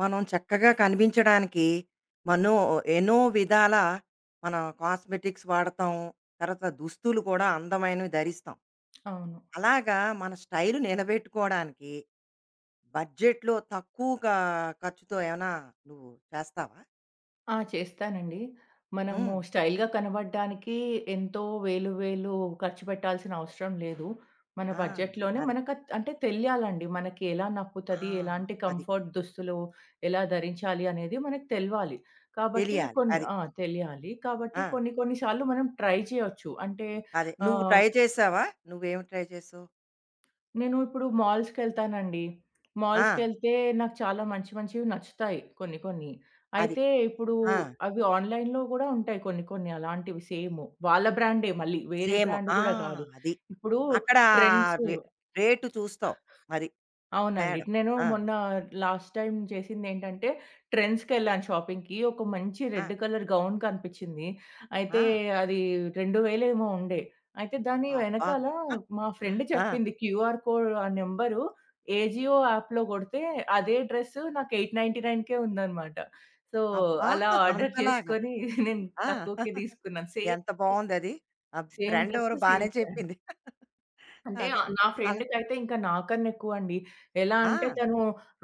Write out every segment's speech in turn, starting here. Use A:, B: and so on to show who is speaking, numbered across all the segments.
A: మనం చక్కగా కనిపించడానికి మనం ఎన్నో విధాల మన కాస్మెటిక్స్ వాడతాం. తర్వాత దుస్తులు కూడా అందమైనవి ధరిస్తాం.
B: అవును.
A: అలాగా మన స్టైల్ నిలబెట్టుకోడానికి బడ్జెట్‌లో తక్కువగా ఖర్చుతో ఏమైనా నువ్వు చేస్తావా?
B: ఆ! చేస్తానండి. మనము
A: హ్మ్.
B: స్టైల్‌గా కనబడడానికి ఎంతో వేలు ఖర్చు పెట్టాల్సిన అవసరం లేదు. మన
A: ఆ!
B: బడ్జెట్‌లోనే
A: అది.
B: మనకత్ అంటే తెలియాలండి. మనకి ఎలా
A: ఆ!
B: నప్పుతది, ఎలాంటి
A: అది.
B: కంఫర్ట్ దుస్తులు ఎలా ధరించాలి అనేది మనకు తెలవాలి. కాబట్టి
A: తెలియాలి.
B: కొన్ని
A: అది.
B: ఆ! తెలియాలి. కాబట్టి
A: ఆ!
B: కొన్ని కొన్ని సార్లు మనం ట్రై చేయొచ్చు. అంటే
A: అదే. నువ్వు
B: ఆహ్,
A: ట్రై చేసావా? నువ్వేమి ట్రై చేసావు?
B: నేను ఇప్పుడు మాల్స్‌కెళ్తానండి.
A: ఆ!
B: మాల్స్‌కెళ్తే నాకు చాలా మంచి మంచివి నచ్చుతాయి కొన్ని కొన్ని.
A: అది.
B: అయితే ఇప్పుడు
A: ఆ!
B: అవి ఆన్‌లైన్‌లో గూడా ఉంటాయి కొన్ని కొన్ని అలాంటివి సేమ్. వాళ్ళ బ్రాండే మళ్ళీ వేరే
A: సేమ్.
B: బ్రాండ్
A: ఆ!
B: గూడా గాదు.
A: అది.
B: ఇప్పుడు
A: అక్కడ
B: ట్రెండ్స్
A: రే రేటు చూస్తావు. అది
B: అవునండి.
A: తేడా.
B: నేను
A: ఆ!
B: మొన్న లాస్ట్ టైమ్ చేసిందేంటంటే, ట్రెండ్స్‌కెళ్ళాను షాపింగ్‌కి. ఒక మంచి
A: ఆ!
B: రెడ్ కలర్ గౌన్ కనిపిచ్చింది.
A: ఆ!
B: అయితే అది 2000 ఏమో ఉండే. అయితే దాని
A: అబ్బా!
B: వెనకాల మా ఫ్రెండ్
A: ఆ!
B: చెప్పింది క్యూఆర్ కోడ్ ఆ నంబరు ఏజియో యాప్‌లో కొడితే అదే డ్రెస్ నాకు 899కే ఉందనమాట. సో,
A: అబ్బా!
B: అలా ఆర్డర్
A: అంతలాగా.
B: చేసుకొని నేను
A: ఆ!
B: తక్కువకే తీసుకున్నాను. సేమ్
A: ఎంత
B: డ్రెస్.
A: బావుందది. ఆ
B: సేమ్
A: ఫ్రెండ్
B: డ్రెస్,
A: ఎవరో బానే
B: సేమ్ బ్రాండ్.
A: చెప్పింది.
B: అంటే
A: అదే.
B: నా
A: అలా
B: ఫ్రెండ్‌కైతే ఇంకా నాకన్నా ఎక్కువండి. ఎలా
A: ఆ!
B: అంటే తను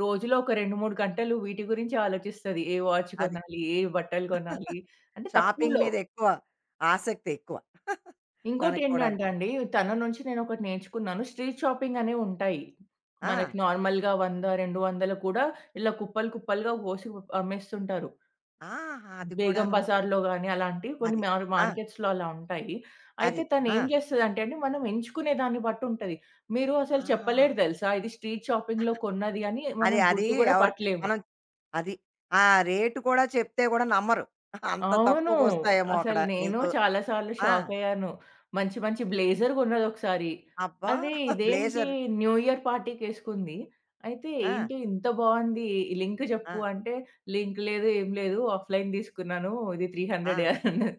B: రోజులో ఒక 2, 3 గంటలు వీటి గురించే ఆలోచిస్తది. ఏ వాచ్
A: అది.
B: కొనాలి? ఏ బట్టలు కొనాలి? అంటే
A: షాపింగ్
B: తక్కువలో.
A: మీద ఎక్కువ ఆసక్తి ఎక్కువ. తనకి కూడాను.
B: ఇంకోటేంటంటే అండి తన నుంచి నేనొకటి నేర్చుకున్నాను. స్ట్రీట్ షాపింగ్ అనేవి ఉంటాయి.
A: ఆ!
B: మనకి నార్మల్‌గా 100, 200 కూడా ఇలా కుప్పలు కుప్పలుగా పోసి అమ్మేస్తుంటారు.
A: ఆహా! అది
B: బేగం
A: కూడాను.
B: బజార్‌లో గాని అలాంటివి కొన్ని
A: అది. ఆ!
B: మార్కెట్స్‌లో అలా ఉంటాయి.
A: అది.
B: అయితే
A: ఆ!
B: తనేం జేస్తదంటే అండి, మనం ఎంచుకునే దాన్ని బట్టి ఉంటది. మీరు అసలు
A: ఆ!
B: చెప్పలేరు దెలుసా! ఇది స్ట్రీట్ షాపింగ్‌లో కొన్నది అని
A: అది.
B: మనం
A: అది
B: గుర్తు గూడా
A: ఎవరికి
B: పట్టలేము.
A: మనం అది. ఆ రేటు కూడా చెప్తే గూడా నమ్మరు. అంత
B: అవును.
A: తక్కువకొస్తాయేమో అక్కడ
B: అసలు నేను
A: నీకు.
B: చాలా సార్లు
A: ఆ!
B: షాకయ్యాను. మంచి మంచి బ్లేజర్ కొన్నదొకసారి.
A: అబ్బా!
B: అదే ఇదేంటి
A: బ్లేజర్.
B: New year పార్టీకేసుకుంది. అయితే
A: ఆ!
B: "ఏంటి ఇంత బావుంది లింక్
A: ఆ!
B: జెప్పు" అంటే లింక్ లేదు, ఏం లేదు. ఆఫ్‌లైన్ తీసుకున్నాను. ఇది
A: ఆ!
B: 300 అన్నది.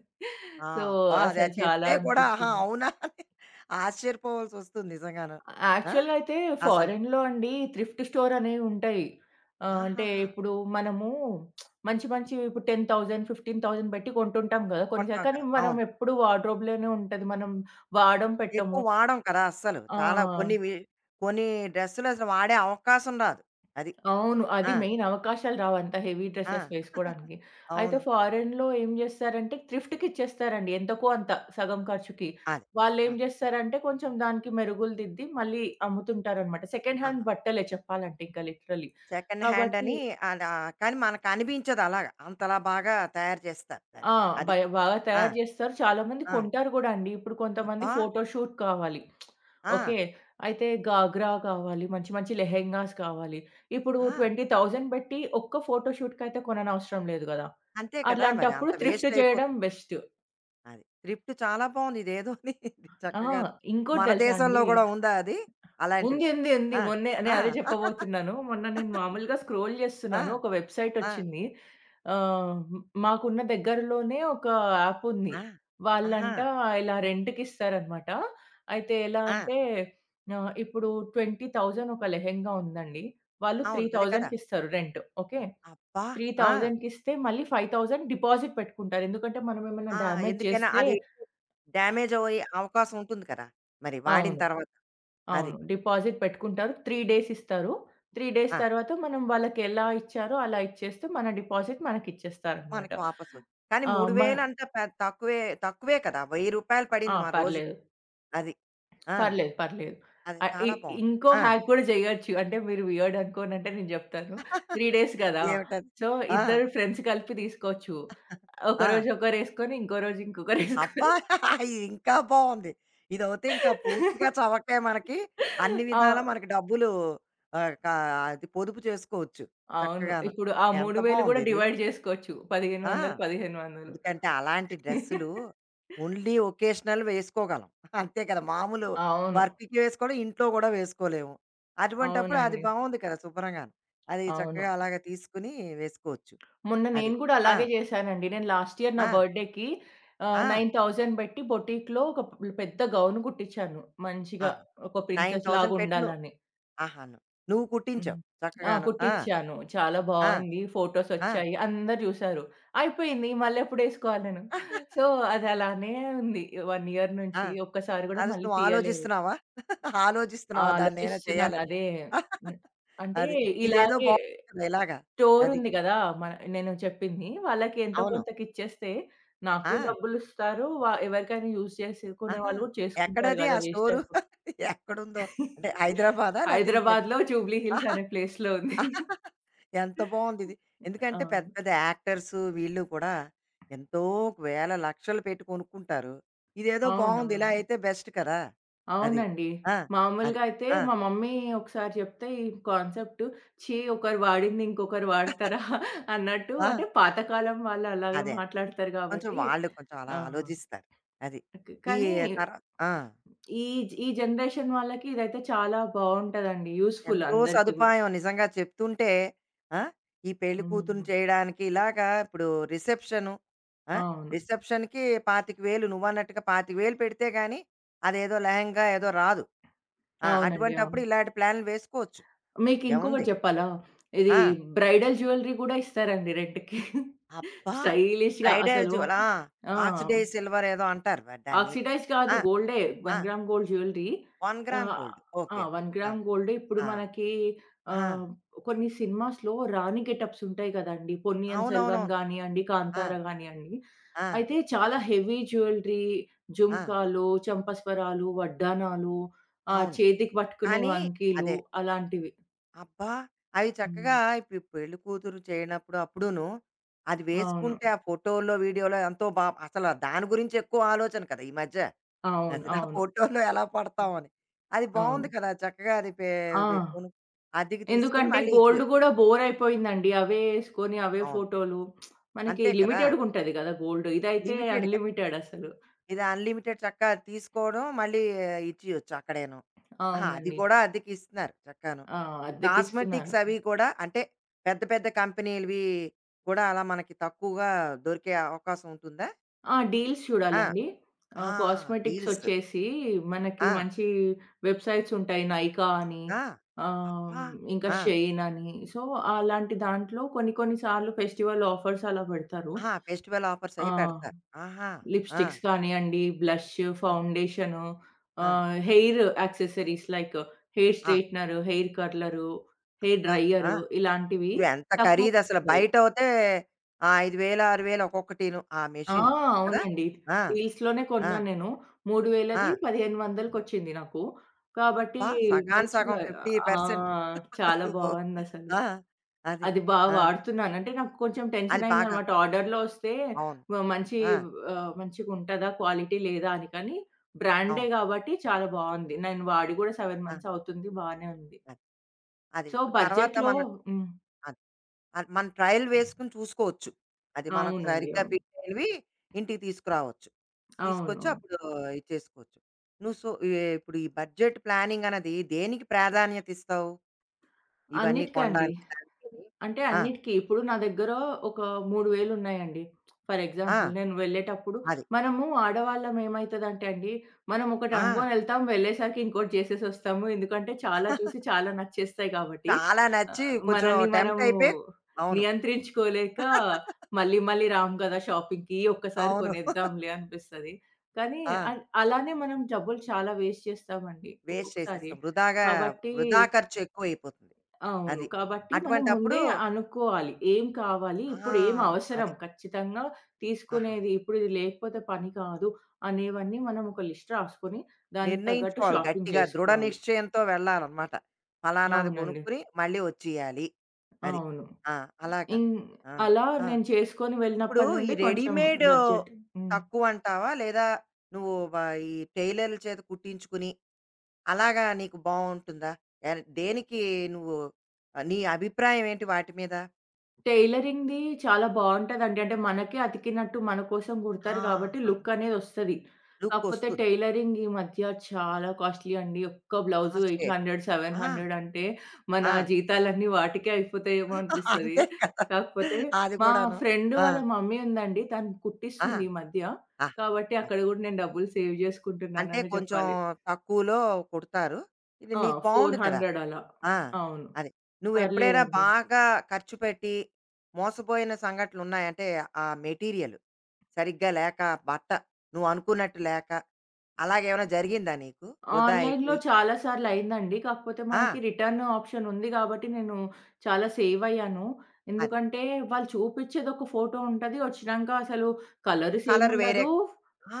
A: ఆ!
B: సో,
A: అబ్బా! అది
B: అసలు
A: అది
B: చాలా
A: చెప్తే కూడా ఆహా!
B: అనిపిచ్చింది.
A: అవునా! అని ఆశ్చర్యపోవాల్సొస్తుంది నిజంగాను. ఆ!
B: యాక్చువల్‌గా అయితే
A: అసలు.
B: ఫారెన్‌లో అండి థ్రిఫ్ట్ స్టోర్ అనేవి ఉంటాయి. అంటే
A: ఆహాహా!
B: ఇప్పుడు మనము మంచి మంచివి ఇప్పుడు 10,000, 15,000 పెట్టి కొంటుంటాం కదా! కొన్నిసార్లు
A: కొంటాం
B: కానీ
A: కదా!
B: మనం
A: అవును.
B: ఎప్పుడు వార్డ్‌రోబ్‌లోనే ఉంటది. మనం వాడం
A: ఎక్కువ
B: పెట్టము.
A: వాడం కదా! అస్సలు.
B: ఆ!
A: చాలా కొన్ని వి కొన్ని డ్రెస్సులు అసలు వాడే అవకాశం రాదు. అది.
B: అవును. అది
A: ఆ!
B: మెయిన్ అవకాశాలు రావు అంత హెవీ
A: ఆ!
B: డ్రెసెస్ వేసుకోడానికి. అయితే
A: అవును.
B: ఫారెన్‌లో ఏం జేస్తారంటే థ్రిఫ్ట్‌కి ఇచ్చేస్తారండి ఎంతకో అంత సగం ఖర్చుకి.
A: అదే. ఆ!
B: వాళ్ళేం జేస్తారంటే కొంచెం దానికి మెరుగులు దిద్ది మళ్ళీ అమ్ముతుంటారనమాట. సెకండ్ హ్యాండ్
A: ఆహా!
B: బట్టలే చెప్పాలంటే ఇంకా లిటరల్లీ.
A: సెకండ్ హ్యాండ్
B: కాబట్టి
A: అని అలా కానీ మనకు అనిపించదు అలాగా. అంతలా బాగా తయారు చేస్తారు దాన్ని.
B: ఆ!
A: అది.
B: బాగా
A: ఆ!
B: తయారు జేస్తారు. చాలామంది
A: ఆ!
B: కొంటారు గూడా అండి. ఇప్పుడు కొంతమంది
A: అబ్బా!
B: ఫోటోషూట్ కావాలి.
A: ఆ!
B: ఓకే. అయితే గాగ్రా కావాలి, మంచి మంచి లెహెంగాస్ కావాలి. ఇప్పుడు
A: ఆ!
B: 20,000 బెట్టి ఒక్క ఫోటోషూట్‌కయితే కొననవసరం లేదు గదా!
A: అంతే కదా! మరి
B: అలాంటప్పుడు
A: అంత
B: థ్రిఫ్ట్
A: వేస్ట్
B: జేయడం
A: అయిపోతుంది.
B: బెస్ట్.
A: అది. థ్రిఫ్ట్ చాలా బావుంది. ఇదేదోని
B: ఆ!
A: చక్కగాను.
B: ఇంకోటి
A: మన
B: దెలుసా
A: దేశంలో
B: అండి?
A: గూడా ఉందా అది? అలాంటివి.
B: ఉంది. ఉంది. ఉంది.
A: ఆ!
B: మొన్నే
A: ఆ!
B: నేను అదే చెప్పబోతున్నాను. మొన్న నేను మామూలుగా స్క్రోల్
A: ఆ!
B: చేస్తున్నాను. ఒక వెబ్‌సైట్
A: ఆ!
B: వచ్చింది. ఆహ్, మాకున్న దగ్గరలోనే ఒక యాప్ ఉంది.
A: ఆ! ఆహా!
B: వాళ్ళంట ఇలా రెంట్‌కి ఇస్తారనమాట. అయితే ఎలా
A: ఆ!
B: అంటే ఇప్పుడు 20,000 ఒక లెహెంగా ఉందండి. వాళ్ళు
A: అవును. అదే కదా!
B: 3000కి ఇస్తారు రెంట్. ఓకే.
A: అబ్బా! ఆ!
B: 3000కి ఇస్తే మళ్ళీ 5000 డిపాజిట్ పెట్టుకుంటారు. ఎందుకంటే మనం ఏమైనా
A: ఆ!
B: డ్యామేజ్
A: ఎందుకైనా
B: చేస్తే
A: అది డ్యామేజ్ అయ్యే అవకాశం ఉంటుంది కదా! మరి వాడిన
B: అవును.
A: తర్వాత. అది.
B: అవును. డిపాజిట్ పెట్టుకుంటారు. 3 డేస్ ఇస్తారు. 3 డేస్
A: ఆ!
B: తర్వాత మనం వాళ్ళకెలా ఇచ్చారో అలా ఇచ్చేస్తే మన డిపాజిట్ మనకిచ్చేస్తారనమాట.
A: మనకి వాపసొ కానీ
B: ఆ! మ
A: 3000 అంటే పె తక్కువే తక్కువే కదా! రూ. 1000
B: ఆ!
A: పడింది మా రోజుకి.
B: పర్లేదు.
A: అది. ఆ!
B: పర్లేదు. పర్లేదు.
A: అది
B: ఆహ్, ఇ
A: చాలా బావుంది.
B: ఇంకో
A: ఆ!
B: హ్యాక్ కూడా చేయొచ్చు. అంటే మీరు వియర్డ్ అనుకోనంటే నేను జెప్తాను. 3 డేస్ గదా!
A: ఏమిటది?
B: సో,
A: ఆ!
B: ఇద్దరు ఫ్రెండ్స్ కలిపి తీసుకోవచ్చు.
A: ఆ!
B: ఒకరోజు ఒకరేసుకొని, ఇంకో రోజు ఇంకొకరేసుకొని
A: అబ్బా! ఇది ఇంకా బావుంది. ఇదవుతే ఇంకా పూర్తిగా చవకే మనకి. అన్ని విధాలా
B: ఆ!
A: మనకి డబ్బులు ఆహ్, క అది పొదుపు చేసుకోవచ్చు
B: అవును.
A: చక్కగాను.
B: ఇప్పుడు ఆ
A: ఎంత
B: 3000 గూడా
A: బావుందిది.
B: డివైడ్ జేసుకోవచ్చు.
A: ఆ!
B: 1500, 1500.
A: ఎందుకంటే అలాంటి డ్రెస్సులు ఓన్లీ ఒకేషనల్ వేసుకోగలం. అంతే కదా! మామూలు
B: అవును.
A: వర్క్‌కి వేసుకోవడం, ఇంట్లో కూడా వేసుకోలేము. అటువంటప్పుడు అది
B: అవునండి.
A: బావుంది కదా! శుభ్రంగాను. అది
B: అవును.
A: చక్కగా అలాగా తీసుకొని వేసుకోవచ్చు.
B: మొన్న
A: అది.
B: నేను గూడా
A: ఆ!
B: అలాగే జేశానండి. నేను లాస్ట్ ఇయర్ నా
A: ఆ!
B: బర్త్‌డేకి
A: ఆ!
B: 9000 బెట్టి బొటిక్‌లో ఒక పెద్ద గౌన్ గుట్టిచ్చాను. మంచిగా
A: ఆహా!
B: ఒక ప్రిన్సెస్
A: 9000 పెట్టి నువ్వు
B: లాగుండాలని.
A: ఆహాను. నువ్వు నువ్వు
B: హ్మ్.
A: కుట్టించావు
B: ఆ!
A: చక్కగాను. ఆ!
B: కుట్టిచ్చాను. చాలా
A: ఆ!
B: బావుంది.
A: ఆ!
B: ఫోటోసొచ్చాయి. అందరూ జూసారు. అయిపోయింది. మళ్ళెప్పుడేసుకోవాలి నేను? సో, అదలానే ఉంది. 1 ఇయర్
A: ఆ!
B: నుంచి ఒక్కసారి గూడా
A: అది
B: మళ్ళీ
A: నువ్వు
B: తీయలేదు.
A: ఆలోచిస్తున్నావా?
B: అ
A: ఆలోచిస్తున్నావా దాన్నేమైనా
B: ఆలోచిస్తున్నాను
A: చేయాలని?
B: అదే. హ్మ్. అంటే
A: అది. ఇదేదో
B: ఇలాగే
A: బావుంది కదా! ఇలాగా. అది.
B: స్టోరుంది గదా! మన నేను చెప్పింది. వాళ్ళకి ఎంతో
A: అవును.
B: కొంతకిచ్చేస్తే నాకు
A: ఆ!
B: డబ్బులిస్తారు. ఎవరికైనా యూజ్ చేసుకునే
A: ఆహా!
B: వాళ్ళు గూడా చేసుకుంటారు
A: ఎక్కడది ఆ
B: గదా! Waste
A: store?
B: అయిపోతుంది.
A: ఎక్కడుందో? అంటే హైదరాబాదా? లేతే ఇంకేదో
B: హైదరాబాద్‌లో జూబ్లీ హిల్స్
A: ఆహా!
B: అనే ప్లేస్‌లో ఉంది.
A: ఎంత బావుందిది. ఎందుకంటే పెద్ద
B: అవును.
A: పెద్ద యాక్టర్స్ వీళ్ళు కూడా ఎంతో వేల లక్షలు పెట్టి కొనుక్కుంటారు. ఇదేదో బావుంది. ఇలా
B: అవునవును.
A: అయితే బెస్ట్ కదా! అది.
B: అవునండి.
A: ఆ! అది.
B: మామూలుగా అయితే
A: ఆ!
B: మా మమ్మీ ఒకసారి చెప్తే ఈ కాన్సెప్ట్ "ఛీ! ఒకరు వాడింది ఇంకొకరు వాడతారా?" అన్నట్టు
A: ఆ!
B: అంటే పాతకాలం వాళ్ళు అలాగే
A: అదే.
B: మాట్లాడతారు
A: కొంచెం
B: కాబట్టి
A: వాళ్ళు కొంచెం అలా
B: ఆ!
A: ఆలోచిస్తారు. అది. ఈ
B: కానీ
A: తర ఆ!
B: ఈ ఈ జనరేషన్ వాళ్ళకి ఇదైతే చాలా బావుంటదండి. యూజ్‌ఫుల్
A: ఎంతో
B: అందరికీ గూడా.
A: సదుపాయం నిజంగా చెప్తుంటే ఆ, ఈ పెళ్లి కూతురు
B: హ్మ్.
A: చేయడానికి ఇలాగా ఇప్పుడు రిసెప్షన్
B: అవును.
A: రిసెప్షన్కి 25,000 నువ్వు అన్నట్టుగా 25,000 పెడితే కానీ అదేదో లెహంగా ఏదో రాదు ఆ,
B: అవునండి. అవును.
A: అటువంటప్పుడు ఇలాంటి ప్లాన్లు వేసుకోవచ్చు ఏముంది
B: మీకింకొకటి జెప్పాలా? ఇది
A: ఆ,
B: బ్రైడల్ జ్యువెలరీ గూడా ఇస్తారండి రెంట్‌కి.
A: అబ్బా
B: స్టైలిష్‌గా
A: బ్రైడల్
B: అసలు
A: జ్యువెల్
B: ఆ!
A: ఆక్సిడైజ్ సిల్వర్ ఏదో అంటారు వా- దాన్ని
B: ఆక్సిడైజ్ కాదు గోల్డే. 1 gram gold jewellery.
A: One gram
B: ah,
A: gold
B: ఆ!
A: ఓకే ఓకే
B: 1 గ్రామ్ గోల్డ్ ఇప్పుడు మనకి ఆహ్, కొన్ని సినిమాస్‌లో రాణి గెటప్స్ ఉంటాయి గదండీ. 'పొన్నియిన్
A: అవునవునవును
B: సెల్వన్' గానియండి,
A: ఆ,
B: 'కాంతార' గానియండి.
A: ఆ,
B: అయితే చాలా హెవీ జ్యువెలరీ,
A: ఆ,
B: జుంకాలు, చంపస్వరాలు, వడ్డాణాలు,
A: అవును
B: చేతికి పట్టుకునే
A: కానీ
B: వంకీలు
A: అదే
B: అలాంటివి.
A: అబ్బా! అవి చక్కగా
B: హ్మ్.
A: ఇప్పుడు పెళ్లి కూతురు చేయనప్పుడు అప్పుడును, అది
B: అవును.
A: వేసుకుంటే ఆ ఫోటోలో, వీడియోలో ఎంతో బా అసల దాని గురించి ఎక్కువ ఆలోచన కదా! ఈ మధ్య.
B: అవును.
A: అసల ఆ
B: అవును.
A: ఫోటోలో ఎలా పడతాం అని. అది
B: అవును.
A: బావుంది కదా! చక్కగా అది పే
B: ఆ!
A: పె కొను అద్దెకి తీసుకొని
B: ఎందుకంటే
A: మళ్ళీ
B: గోల్డ్
A: ఇచ్చేయొచ్చు.
B: గూడా బోర్ అయిపోయిందండి. అవే యేసుకొని, అవే
A: అవును.
B: ఫోటోలు. మనకి
A: అంతే కదా!
B: లిమిటెడ్‌గుంటది గదా! గోల్డ్. ఇదైతే
A: లిమిటెడ్
B: అన్‌లిమిటెడ్ అసలు.
A: ఇది అన్‌లిమిటెడ్ చక్కగా తీసుకోవడం మళ్ళీ ఇచ్చేయొచ్చు అక్కడేను. ఆహా! అది
B: అవునండి.
A: కూడా అద్దెకిస్తున్నారు చక్కాను.
B: ఆ!
A: ఈ
B: అద్దెకిస్తున్నాను.
A: కాస్మెటిక్స్ అవి కూడా అంటే పెద్ద పెద్ద కంపెనీలవి కూడా అలా మనకి తక్కువగా దొరికే అవకాశం ఉంటుందా?
B: ఆ! డీల్స్
A: ఆ!
B: చూడాలండి.
A: ఆ!
B: Cosmetics
A: deals.
B: ఒచ్చేసి మనకి
A: ఆ!
B: మంచి వెబ్‌సైట్స్ ఉంటాయి. 'నైకా' అని
A: ఆ!
B: ఆహ్,
A: అబ్బా!
B: ఇంకా
A: ఆ!
B: 'షైన్' అని. సో, అలాంటి దాంట్లో కొన్ని కొన్ని సార్లు ఫెస్టివల్ ఆఫర్స్ అలా పెడతారు.
A: ఆహా! ఫెస్టివల్ ఆఫర్స్
B: ఆ!
A: అవి పెడతారు. ఆహా! ఆ!
B: లిప్‌స్టిక్స్ కానియండి, బ్లష్,
A: ఆ!
B: ఫౌండేషను
A: ఆ!
B: హెయిర్ యాక్సెసరీస్ లైక్ హెయిర్
A: ఆ!
B: స్ట్రెయిట్‌నరు, హెయిర్ కర్లరు, హెయిర్
A: అబ్బా! ఆ!
B: డ్రైయరు ఇలాంటివి
A: ఇవెంత ఖరీదసలు
B: తక్కువకొచ్చాయి.
A: బయటవుతే ఆ 5000, 6000 ఒక్కొక్కటీను ఆ
B: ఆ!
A: మెషిన్‌లు కదా!
B: అవునండి.
A: ఆ!
B: డీల్స్‌లోనే
A: ఆ!
B: కొన్నాను నేను.
A: ఆ!
B: 3000ది 1500కొచ్చింది నాకు. కాబట్టి
A: అబ్బా! సగానికి సగం
B: మంచిగా ఆ!
A: 50%
B: చాలా
A: నువ్వు
B: బావుందసలు.
A: ఆ! అది.
B: అది బా
A: ఆ!
B: వాడుతున్నాను. అంటే నాకు కొంచెం
A: అది బాగా
B: టెన్షనయిందనమాట. ఆర్డర్‌లో వస్తే
A: అవును.
B: మంచి
A: ఆ!
B: మంచిగుంటదా? క్వాలిటీ లేదా? అని. కానీ బ్రాండే
A: అవును.
B: కాబట్టి చాలా బావుంది. నేను వాడి గూడా 7
A: ఆ!
B: మంత్స్ అవుతుంది. బానే ఉంది.
A: అది. అది.
B: సో,
A: ఇప్పుడు తర్వాత
B: బడ్జెట్‌లో
A: మనం
B: హ్మ్.
A: అది. అది మనం ట్రయల్ వేసుకొని చూసుకోవచ్చు. అది మనకు
B: అవునండి.
A: సరిగ్గా
B: అవును.
A: ఫిట్ అయినవి ఇంటికి తీసుకురావచ్చు.
B: అవును.
A: తీసుకొచ్చి అప్పుడు ఇచ్చేసుకోవచ్చు. నువ్వు సో ఎ ఇప్పుడు ఈ బడ్జెట్ ప్లానింగ్ అన్నది దేనికి ప్రాధాన్యత ఇస్తావు? ఇవన్నీ
B: అన్నిటికండి.
A: కొనడానికి దానికిని?
B: అంటే
A: ఆ!
B: అన్నిటికి. ఇప్పుడు నా దగ్గర ఒక 3000 ఉన్నాయండి. ఫర్
A: ఆ!
B: ఎగ్జాంపుల్ నేను వెళ్ళేటప్పుడు
A: అది.
B: మనము ఆడవాళ్ళం ఏమైతదంటే అండి, మనం ఒకటి
A: ఆ!
B: అనుకోని ఎళ్తాం, వెళ్ళేసరికి ఇంకోటి చేసేసొస్తాము. ఎందుకంటే చాలా చూసి చాలా నచ్చేస్తాయి కాబట్టి.
A: చాలా నచ్చి కొంచెం
B: మనల్ని
A: టెంప్ట్
B: మనము
A: అయిపోయి అవును.
B: నియంత్రించుకోలేక మళ్ళీ మళ్ళీ రాము గదా! షాపింగ్‌కి ఒక్కసారి
A: అవును.
B: కొనేద్దాంలే అనిపిస్తది. కానీ
A: ఆ!
B: అలానే మనం డబ్బులు చాలా వేస్ట్ చేస్తామండి
A: వేస్ట్
B: ఒక్కొక్కసారి.
A: చేసేస్తాం. వృధాగా
B: కాబట్టి
A: వృధా ఖర్చు ఎక్కువైపోతుంది.
B: అవును.
A: అది.
B: కాబట్టి మనం
A: అటువంటప్పుడు
B: ముందే అనుకోవాలి. ఏం కావాలి? ఇప్పుడు ఏం
A: ఆ!
B: అవసరం?
A: అది.
B: ఖచ్చితంగా
A: ఆహా!
B: తీసుకునేది ఇప్పుడు ఇది లేకపోతే పని కాదు అనేవన్నీ మనం ఒక లిస్ట్ రాసుకొని దానికి తగ్గట్టు
A: నిర్ణయించుకోవాలి
B: షాపింగ్
A: గట్టిగా దృఢ
B: చేసుకోవాలి.
A: నిశ్చయంతో వెళ్ళాలన్నమాట. ఫలానాది
B: అవునండి.
A: కొనుక్కొని మళ్ళీ వచ్చేయాలి. అది.
B: అవును.
A: ఆ! అలాగా.
B: ఇన్
A: ఆ!
B: అలా
A: ఆ!
B: నేను చేసుకొని
A: ఇప్పుడు
B: వెళ్ళినప్పటి
A: ఈ
B: నుండి కొంచెం
A: రెడీమేడ్
B: బడ్జెట్ హ్మ్.
A: తక్కువంటావా? లేదా నువ్వు వ ఈ టైలర్‌ల చేత కుట్టించుకుని అలాగా నీకు బావుంటుందా? ఎన్ దేనికి నువ్వు ఆహ్, నీ అభిప్రాయం ఏంటి వాటి మీద?
B: టైలరింగ్‌ది చాలా బావుంటదండి. అంటే మనకే అతికినట్టు మన కోసం కుడతారు కాబట్టి
A: ఆహా!
B: లుక్ అనేదొస్తది. కాకపోతే
A: లుక్కొస్తుంది.
B: టైలరింగ్ ఈ మధ్య చాలా కాస్ట్‌లీ అండి. ఒక్క బ్లౌజు
A: ఫాస్ట్‌గా అయిపోయింది.
B: 800,
A: ఆ!
B: 700 అంటే మన
A: ఆ!
B: జీతాలన్నీ వాటికే అయిపోతాయేమో అనిపిస్తది.
A: అంతే కదా!
B: కాకపోతే
A: అది
B: మా
A: కూడాను.
B: ఫ్రెండ్
A: ఆ!
B: వాళ్ళ మమ్మీ ఉందండి. తను
A: ఆ!
B: కుట్టిస్తుంది ఈ మధ్య.
A: ఆహాహా!
B: కాబట్టి అక్కడ
A: అది.
B: గూడా నేను డబ్బులు సేవ్
A: అంటే
B: జేసుకుంటున్నాననే
A: కొంచెం
B: జెప్పాలి.
A: తక్కువలో కుడతారు. ఇది
B: ఆ!
A: నీకు బావుంది కదా!
B: 400 అలా.
A: ఆ!
B: అవును.
A: అది. నువ్వెప్పుడైనా
B: పర్లేదండి.
A: బాగా ఖర్చు పెట్టి మోసపోయిన సంఘటనలున్నాయా? అంటే ఆ మెటీరియల్. సరిగ్గా లేక, బట్ట నువ్వనుకున్నట్టు లేక, అలాగేమైనా జరిగిందా నీకు? వృధా
B: ఆన్‌లైన్‌లో
A: అయిపోయి
B: చాలా సార్లు అయిందండి. కాకపోతే
A: ఆ!
B: మనకి రిటర్న్ ఆప్షన్ ఉంది గాబట్టి నేను చాలా సేవ్ అయ్యాను.
A: అది.
B: ఎందుకంటే వాళ్ళు చూపిచ్చేది ఒక ఫోటో ఉంటది. వచ్చినంక అసలు కలర్ సేమ్
A: కలర్ వేరే
B: ఉండదు.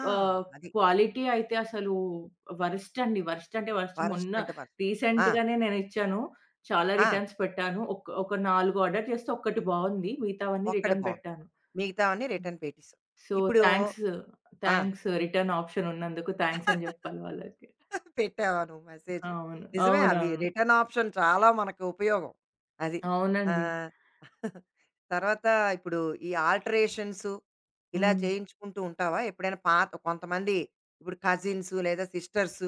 A: ఆ!
B: ఆహ్,
A: అది.
B: క్వాలిటీ అయితే అసలు వరస్ట్ అండి. వరస్ట్ అంటే వరస్ట్.
A: వరస్ట్
B: మొన్న
A: అంటే వరస్ట్. ఆ!
B: రీసెంట్‌గానే నేను ఇచ్చాను. చాలా
A: ఆ!
B: రిటర్న్స్ పెట్టాను. ఒక ఒక 4 ఆర్డర్ చేస్తే ఒక్కటి బావుంది. మిగతావన్నీ
A: ఒక్కటి
B: రిటర్న్
A: బావుంది.
B: పెట్టాను.
A: మిగతావన్నీ రిటర్న్ పెట్టేసావు.
B: సో,
A: ఇప్పుడు
B: థాంక్స్.
A: ఆ!
B: థాంక్స్ రిటర్న్ ఆప్షన్ ఉన్నందుకు థాంక్స్ అని జెప్పాలి వాళ్ళకి.
A: పెట్టావా నువ్వు మెసేజ్?
B: అవును.
A: నిజమే అవి
B: అవునవును.
A: రిటర్న్ ఆప్షన్ చాలా మనకు ఉపయోగం. అది. ఆ!
B: అవునండి.
A: తర్వాత ఇప్పుడు ఈ ఆల్టరేషన్స్ ఇలా
B: హ్మ్.
A: చేయించుకుంటూ ఉంటావా? ఎప్పుడైనా పాత కొంతమంది ఇప్పుడు కజిన్స్ లేదా సిస్టర్స్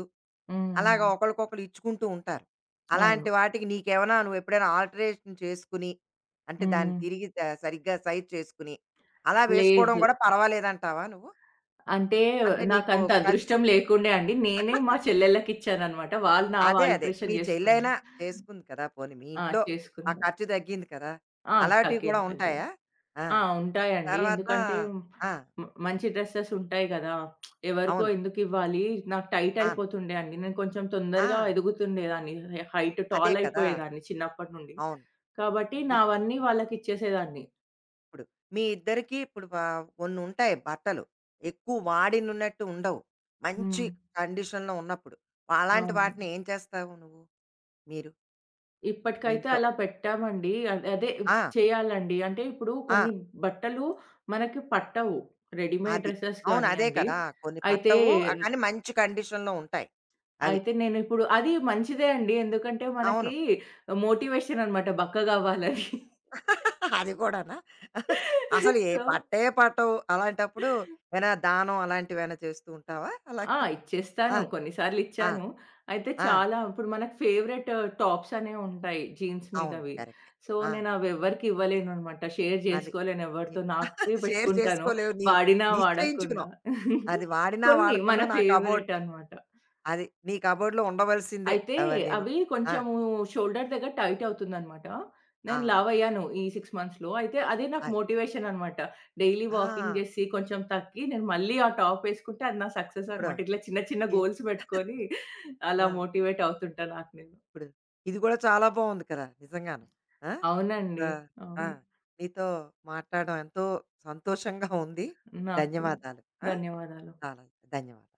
A: అలాగా
B: హ్మ్.
A: ఒకళ్ళకొకళ్ళు ఇచ్చుకుంటూ ఉంటారు. అలాంటి
B: అవును.
A: వాటికి నీకేమైనా నువ్వెప్పుడైనా ఆల్టరేషన్ చేసుకుని, అంటే దాన్ని
B: హ్మ్.
A: తిరిగి ద సరిగ్గా సైజ్ చేసుకుని, అలా వేసుకోవడం
B: లేదు.
A: గూడా పర్వాలేదంటావా నువ్వు?
B: అంటే
A: అంటే నీకు
B: నాకంత
A: ఖర్చు
B: అదృష్టం లేకుండే అండి. నేనే మా చెల్లెళ్ళకిచ్చాననమాట. వాళ్ళు నా
A: అదే. అదే. మీ
B: ఆల్ట్రేషన్ జేసుకున్నారు.
A: చెల్లైనా చేసుకుంది కదా! పోనీ మీ
B: ఆ!
A: ఇంట్లో ఆ
B: చేసుకున్నారు.
A: ఖర్చు తగ్గింది కదా!
B: ఆ!
A: అలాంటివి కూడా
B: తగ్గింది. తగ్గింది.
A: ఉంటాయా? ఆ!
B: ఆ! ఉంటాయండి.
A: తర్వాత
B: ఎందుకంటే
A: ఆ!
B: మంచి డ్రెసెస్ ఉంటాయి గదా! ఎవరికో
A: అవును.
B: ఎందుకివ్వాలి? నాకు టైట్
A: అవును.
B: అయిపోతుండే అండి. నేను కొంచెం
A: ఆ!
B: తొందరగా ఎదుగుతుండేదాన్ని. హైట్
A: అదే
B: టాల్
A: కదా!
B: అయిపోయేదాన్ని చిన్నప్పటి నుండి.
A: అవును.
B: కాబట్టి
A: ఇప్పుడు
B: నావన్నీ వాళ్ళకిచ్చేసేదాన్ని.
A: ఇప్పుడు మీ ఇద్దరికీ ఇప్పుడు ప కొన్నుంటాయి బట్టలు. ఎక్కువ వాడినున్నట్టు ఉండవు. మంచి
B: హ్మ్.
A: కండిషన్‌లో ఉన్నప్పుడు. అలాంటి
B: అవును.
A: వాటిని ఏం చేస్తావు నువ్వు? మీరు మీ
B: ఇప్పటికైతే
A: ఇంట్లో?
B: అలా పెట్టామండి. అదే
A: ఆ!
B: చేయాలండి. అంటే ఇప్పుడు
A: ఆ!
B: కొన్ని బట్టలు మనకి పట్టవు. రెడీమేడ్
A: అది.
B: డ్రెసెస్
A: అవును. అదే
B: గానియండి.
A: కదా! కొన్ని
B: అయితే
A: పట్టవు. ఆ, కానీ మంచి కండిషన్‌లో ఉంటాయి. అవి.
B: అయితే నేనిప్పుడు అది మంచిదే అండి. ఎందుకంటే
A: అవును.
B: మనకి మోటివేషన్ అన్నమాట బక్క గావాలని.
A: అది కూడానా? అసలు ఏ
B: సో
A: పట్టే పట్టవు. అలాంటప్పుడు ఏమైనా దానం అలాంటివేమైనా చేస్తూ ఉంటావా? అలా
B: ఆ!
A: ఆ!
B: ఇచ్చేస్తాను. కొన్నిసార్లు
A: ఆ!
B: ఇచ్చాను. అయితే
A: ఆ!
B: చాలా ఇప్పుడు మనకు ఫేవరెట్ టాప్స్ అనేవి ఉంటాయి జీన్స్
A: అవును.
B: మీదవి.
A: కరెక్టే.
B: సో,
A: ఆ!
B: నేను అవి ఎవ్వరికీ ఇవ్వలేననమాట. షేర్
A: అది.
B: చేసుకోలేను
A: ఇ
B: ఎవరితో. నాకే
A: షేర్
B: పెట్టుకుంటాను
A: చేసుకోలేవు. నీ
B: వాడినా, వాడకున్నా.
A: నిశ్చయించుకున్నావు. అది వాడినా
B: కొన్ని మన
A: వాడకుండా నా కబోర్డ్
B: ఫేవరెట్ అనమాట.
A: అది. నీ కబోర్డ్‌లో ఉండవలసిందే
B: అయితే
A: అవన్నీను.
B: అవి
A: ఆ!
B: కొంచెము షోల్డర్ దగ్గర టైట్ అవుతుందనమాట.
A: ఆ!
B: నేను లావయ్యాను ఈ 6 మంత్స్‌లో. అయితే అదే నాకు
A: అది.
B: మోటివేషన్ అనమాట. డైలీ వాకింగ్
A: ఆ!
B: జేసి కొంచెం తగ్గి నేను మళ్ళీ ఆ టాప్ ఏసుకుంటే అది నా సక్సెస్
A: ఇప్పుడు
B: అనమాట. ఇట్లా చిన్న చిన్న
A: ఏ
B: గోల్స్ పెట్టుకొని అలా
A: ఆ!
B: మోటివేట్ అవుతుంటా నాకు నేను.
A: ఇప్పుడు ఇది కూడా చాలా బాగుంది కదా! నిజంగాను. ఆ!
B: అవునండి.
A: ఆ! ఆ!
B: అవును.
A: నీతో మాట్లాడడం ఎంతో సంతోషంగా ఉంది.
B: నాకు కూడా.
A: ధన్యవాదాలు. ఆ!
B: ధన్యవాదాలు.
A: చాలా ధన్యవాదాలు.